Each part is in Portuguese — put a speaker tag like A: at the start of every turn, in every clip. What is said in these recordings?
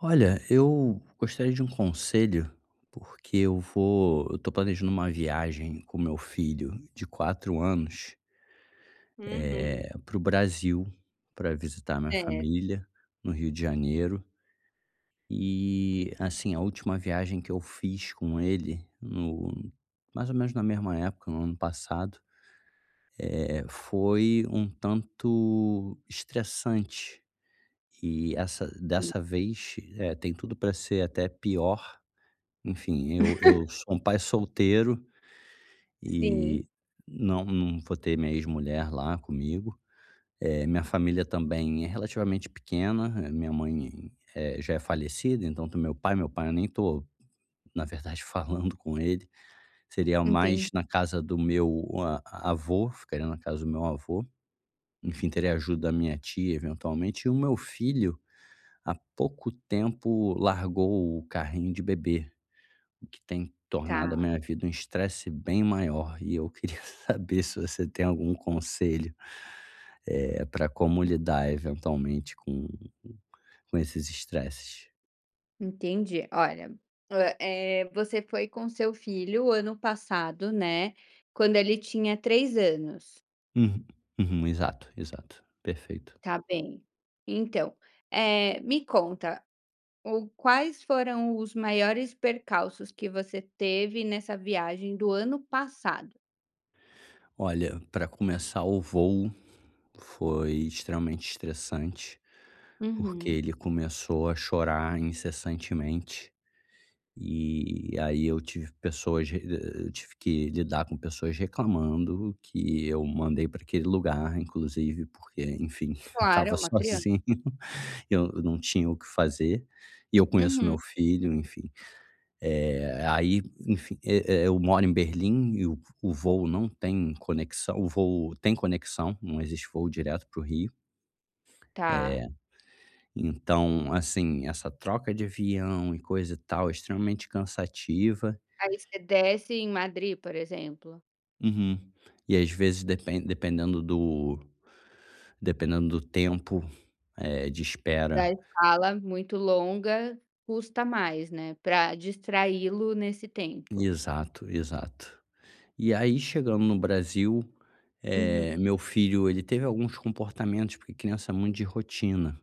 A: Olha, eu gostaria de um conselho, porque eu tô planejando uma viagem com meu filho de 4 anos,
B: Uhum.
A: para o Brasil, para visitar minha
B: Certo,
A: família no Rio de Janeiro. E, assim, a última viagem que eu fiz com ele no mais ou menos na mesma época, no ano passado, foi um tanto estressante. E essa dessa vez, tem tudo para ser até pior. Enfim, eu sou um pai solteiro e não vou ter minha ex-mulher lá comigo. Minha família também é relativamente pequena, minha mãe, já é falecida, então do meu pai eu nem tô, na verdade, falando com ele. Seria mais na casa do meu a avô, ficaria na casa do meu avô. Enfim, teria ajuda da minha tia, eventualmente. E o meu filho, há pouco tempo, largou o carrinho de bebê. O que tem tornado a
B: tá,
A: minha vida um estresse bem maior e eu queria saber se você tem algum conselho, para como lidar eventualmente com esses estresses.
B: entendi. Olha, você foi com seu filho ano passado, né, quando ele tinha 3 anos,
A: Uhum, uhum, exato, exato, perfeito.
B: tá bem. Então, é, me conta, o quais foram os maiores percalços que você teve nessa viagem do ano passado?
A: Olha, para começar, o voo foi extremamente estressante, porque
B: Uhum.
A: ele começou a chorar incessantemente. E aí eu tive que lidar com pessoas reclamando, que eu mandei para aquele lugar, inclusive, porque, enfim, eu
B: Claro, é
A: estava
B: uma criança.
A: sozinho, eu não tinha o que fazer, e eu conheço
B: Uhum,
A: meu filho, enfim. Aí, enfim, eu moro em Berlim e o voo tem conexão, não existe voo direto para o Rio,
B: tá.
A: então, assim, essa troca de avião e coisa e tal é extremamente cansativa.
B: Aí você desce em Madrid, por exemplo?
A: Uhum. E às vezes dependendo do tempo, de
B: Da
A: espera.
B: escala muito longa custa mais, né, para distraí-lo nesse tempo.
A: Exato, exato. E aí chegando no Brasil,
B: Uhum.
A: meu filho, ele teve alguns comportamentos, porque criança é muito de rotina.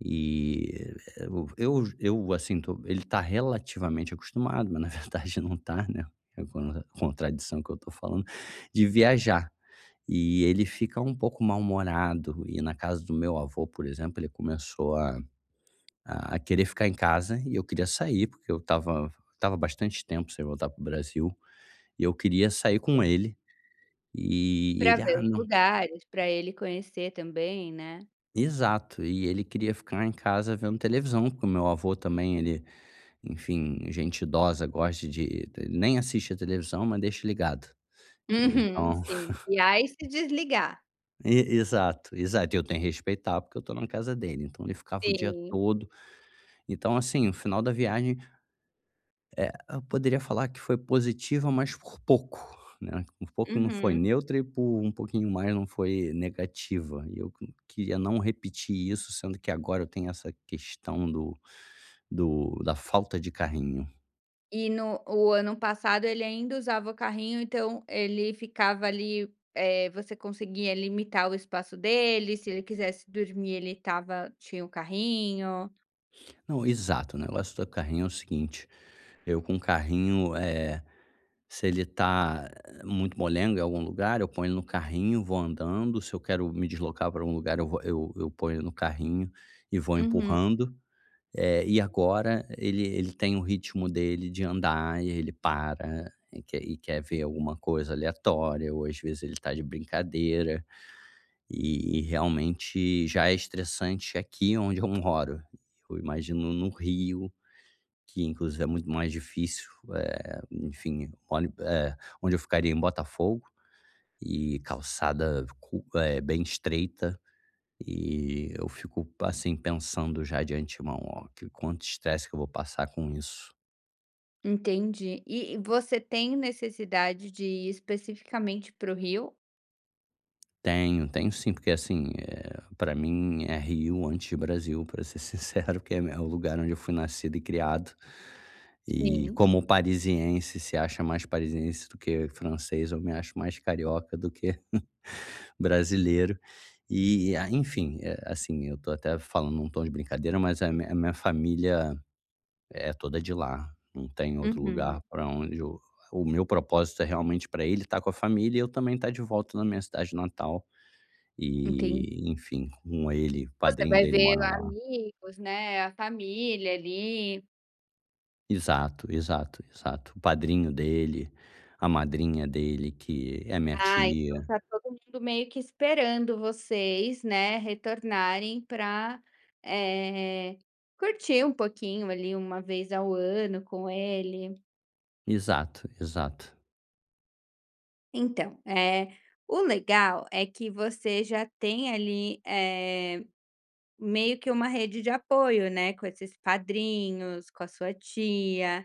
A: E eu, assim, tô ele tá relativamente acostumado, mas na verdade não tá, né, é uma contradição que eu tô falando, de viajar. E ele fica um pouco mal-humorado, e na casa do meu avô, por exemplo, ele começou a querer ficar em casa e eu queria sair, porque eu estava bastante tempo sem voltar para o Brasil, e eu queria sair com ele, e
B: Pra
A: ele:
B: ver
A: "Ah,
B: os
A: não."
B: lugares, para ele conhecer também, né.
A: Exato, e ele queria ficar em casa vendo televisão, porque o meu avô também, ele, enfim, gente idosa gosta de ele nem assiste a televisão, mas deixa ligado.
B: Uhum,
A: Então
B: sim. E aí se desligar.
A: e exato, exato, eu tenho que respeitar, porque eu estou na casa dele, então ele ficava o dia
B: Sim,
A: todo. Então, assim, o final da viagem, eu poderia falar que foi positiva, mas por pouco, né. Por pouco não foi
B: uhum.
A: neutra e por um pouquinho mais não foi negativa. E eu queria não repetir isso, sendo que agora eu tenho essa questão do do da falta de carrinho.
B: E no o ano passado ele ainda usava o carrinho, então ele ficava ali, você conseguia limitar o espaço dele, se ele quisesse dormir ele estava tinha o carrinho.
A: Não, exato, o negócio do carrinho é o seguinte, eu com carrinho, se ele tá muito molenga em algum lugar, eu ponho ele no carrinho, vou andando. Se eu quero me deslocar para algum lugar, eu vou eu ponho ele no carrinho e vou
B: Uhum.
A: empurrando. E agora ele tem o ritmo dele de andar e ele para e quer ver alguma coisa aleatória, ou às vezes ele está de brincadeira, e realmente já é estressante aqui onde eu moro. Eu imagino no Rio, que inclusive é muito mais difícil, enfim, olhe, onde eu ficaria, em Botafogo, e bem estreita, e eu fico, assim, pensando já de antemão, ó, que quanto estresse que eu vou passar com isso.
B: Entendi. E você tem necessidade de ir especificamente para o Rio?
A: Tenho, tenho sim, porque assim, pra mim é Rio antes de Brasil, para ser sincero, porque é o lugar onde eu fui nascido e criado. E
B: Sim.
A: como parisiense se acha mais parisiense do que francês, eu me acho mais carioca do que brasileiro. E, ah, enfim, assim, eu tô até falando num tom de brincadeira, mas a minha família é toda de lá, não tem outro
B: Uhum,
A: lugar para onde eu o meu propósito é realmente para ele estar com a família e eu também estar de volta na minha cidade natal
B: entendi.
A: e, enfim, com ele, o
B: Você
A: padrinho
B: vai
A: dele
B: ver
A: mora
B: lá
A: lá.
B: amigos, né, a família ali.
A: Exato, exato, exato. O padrinho dele, a madrinha dele, que é minha
B: Ah, então
A: tia.
B: tá todo mundo meio que esperando vocês, né, retornarem para curtir um pouquinho ali, uma vez ao ano com ele.
A: Exato, exato.
B: Então, é. O legal é que você já tem ali, meio que uma rede de apoio, né, com esses padrinhos, com a sua tia,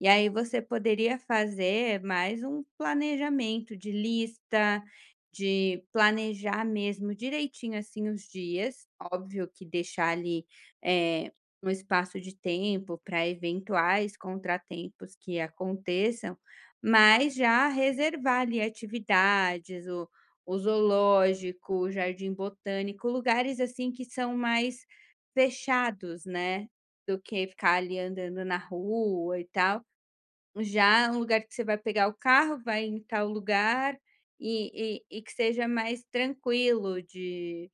B: e aí você poderia fazer mais um planejamento de lista, de planejar mesmo direitinho assim os dias. Óbvio que deixar ali eh, um espaço de tempo para eventuais contratempos que aconteçam, mas já reservar ali atividades, o zoológico, o jardim botânico, lugares assim que são mais fechados, né? Do que ficar ali andando na rua e tal, já um lugar que você vai pegar o carro, vai em tal lugar e que seja mais tranquilo de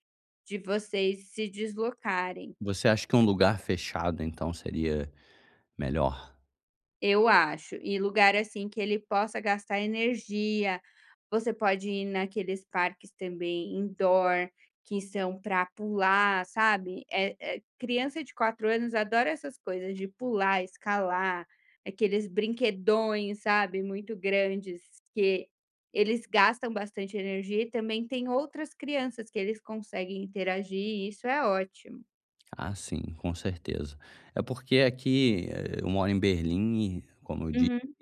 B: de vocês se deslocarem.
A: Você acha que um lugar fechado, então, seria melhor?
B: Eu acho. E lugar, assim, que ele possa gastar energia. Você pode ir naqueles parques também indoor, que são para pular, sabe. É, criança de 4 anos adora essas coisas de pular, escalar, aqueles brinquedões, sabe, muito grandes, que eles gastam bastante energia e também tem outras crianças que eles conseguem interagir e isso é ótimo.
A: Ah, sim, com certeza. É porque aqui, eu moro em Berlim e, como eu disse,
B: Uhum,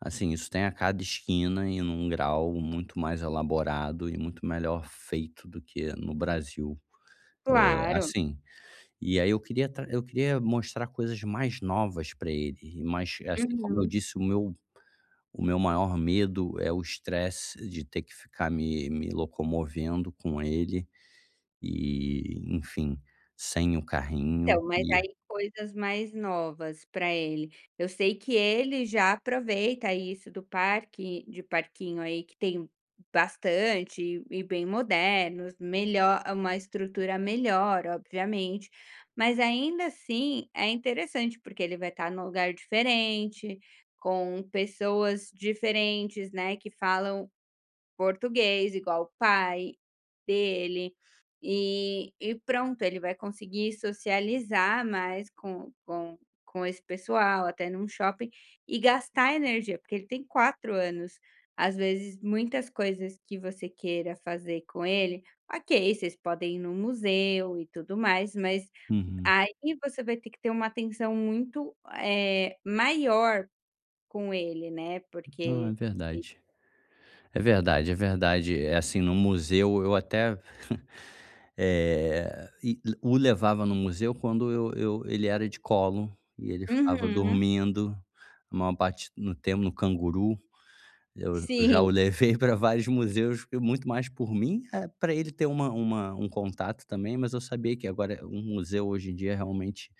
A: assim, isso tem a cada esquina e num grau muito mais elaborado e muito melhor feito do que no Brasil. É,
B: claro.
A: assim, e aí eu queria mostrar coisas mais novas para ele e mais assim, como eu
B: Uhum.
A: disse, o meu maior medo é o estresse de ter que ficar me locomovendo com ele e, enfim, sem o carrinho
B: Então, mas
A: e
B: aí coisas mais novas para ele. Eu sei que ele já aproveita isso do parque de parquinho aí que tem bastante e bem modernos, melhor uma estrutura melhor, obviamente, mas ainda assim é interessante, porque ele vai estar num lugar diferente, com pessoas diferentes, né, que falam português igual o pai dele, e pronto, ele vai conseguir socializar mais com esse pessoal, até num shopping, e gastar energia, porque ele tem 4 anos. Às vezes, muitas coisas que você queira fazer com ele, ok, vocês podem ir no museu e tudo mais, mas
A: uhum.
B: aí você vai ter que ter uma atenção muito, maior com ele, né,
A: Não, é
B: porque
A: verdade. É verdade, é verdade. É assim, no museu eu até, o levava no museu quando eu ele era de colo e ele ficava
B: uhum,
A: dormindo a maior parte no tempo no canguru. Eu já
B: sim.
A: o levei para vários museus, e muito mais por mim, para ele ter uma um contato também, mas eu sabia que agora um museu hoje em dia realmente,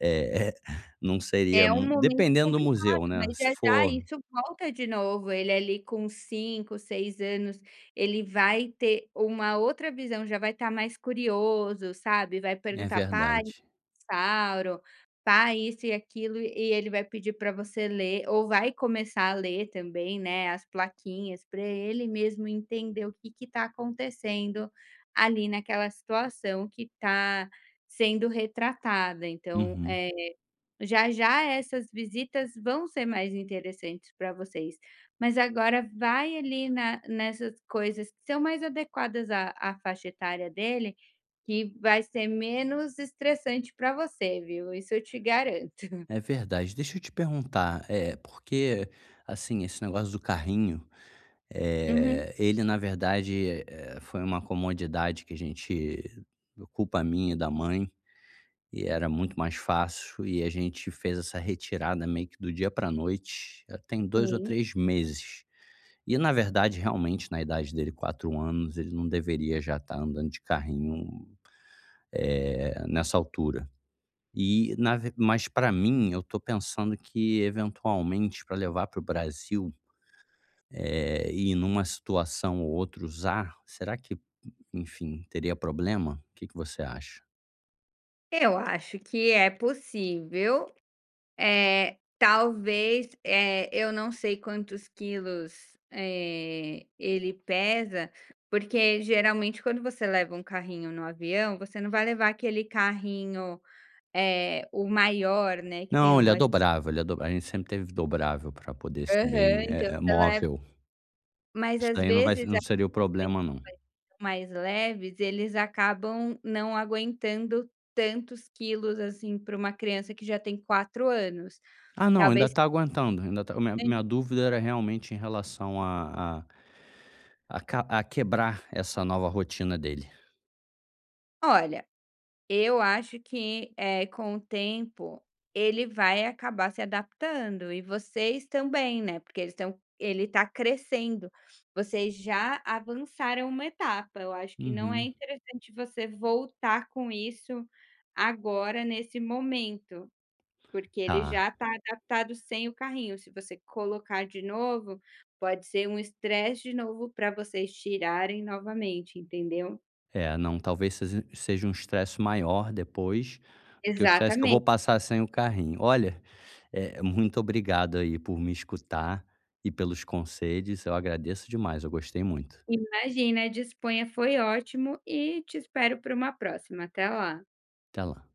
A: eh, não seria
B: É um
A: mu
B: momento
A: dependendo do
B: complicado,
A: museu, né,
B: mas
A: se
B: já já
A: for
B: isso volta de novo, ele ali com 5, 6 anos, ele vai ter uma outra visão, já vai estar mais curioso, sabe, vai
A: é
B: perguntar: "Pai,
A: verdade.
B: dinossauro, pai isso e aquilo", e ele vai pedir para você ler, ou vai começar a ler também, né, as plaquinhas, para ele mesmo entender o que está acontecendo ali naquela situação que está sendo retratada, então,
A: Uhum.
B: é já já essas visitas vão ser mais interessantes para vocês, mas agora vai ali na nessas coisas que são mais adequadas à faixa etária dele, que vai ser menos estressante para você, viu, isso eu te garanto.
A: É verdade. Deixa eu te perguntar, é porque, assim, esse negócio do carrinho,
B: Uhum,
A: ele na verdade, foi uma comodidade que a gente culpa minha e da mãe, e era muito mais fácil, e a gente fez essa retirada meio que do dia para noite, já tem dois ou
B: sim.
A: 3 meses. E na verdade, realmente, na idade dele, 4 anos, ele não deveria já estar andando de carrinho, nessa altura. E na ve mas para mim, eu tô pensando que eventualmente para levar para o Brasil, e numa situação ou outra usar, será que, enfim, teria problema? O que que você acha?
B: Eu acho que é possível. Talvez, eu não sei quantos quilos, ele pesa, porque geralmente quando você leva um carrinho no avião, você não vai levar aquele carrinho, o maior, né, que tem
A: Não, ele é
B: uma
A: dobrável, ele é do a gente sempre teve dobrável para poder ser
B: aham,
A: bem,
B: então você leva,
A: móvel.
B: mas
A: Isso
B: às
A: daí não vai
B: vezes
A: não seria o
B: aqueles penhores
A: problema não.
B: mais leves, eles acabam não aguentando tantos quilos, assim, para uma criança que já tem 4 anos.
A: Ah não, ainda
B: Talvez,
A: tá aguentando, ainda tá, minha dúvida era realmente em relação a ca a quebrar essa nova rotina dele.
B: olha, eu acho que, com o tempo, ele vai acabar se adaptando e vocês também, né, porque eles estão ele está crescendo, vocês já avançaram uma etapa, eu acho que não é
A: Uhum.
B: interessante você voltar com isso agora nesse momento, porque ele
A: Tá.
B: já está adaptado sem o carrinho, se você colocar de novo, pode ser um estresse de novo para vocês tirarem novamente, entendeu?
A: É, não, talvez seja um estresse maior depois, do que o estresse que eu
B: Exatamente.
A: vou passar sem o carrinho. Olha, muito obrigado aí por me escutar e pelos conselhos, eu agradeço demais, eu gostei muito.
B: Imagina, disponha, foi ótimo e te espero para uma próxima. Até lá.
A: Até lá.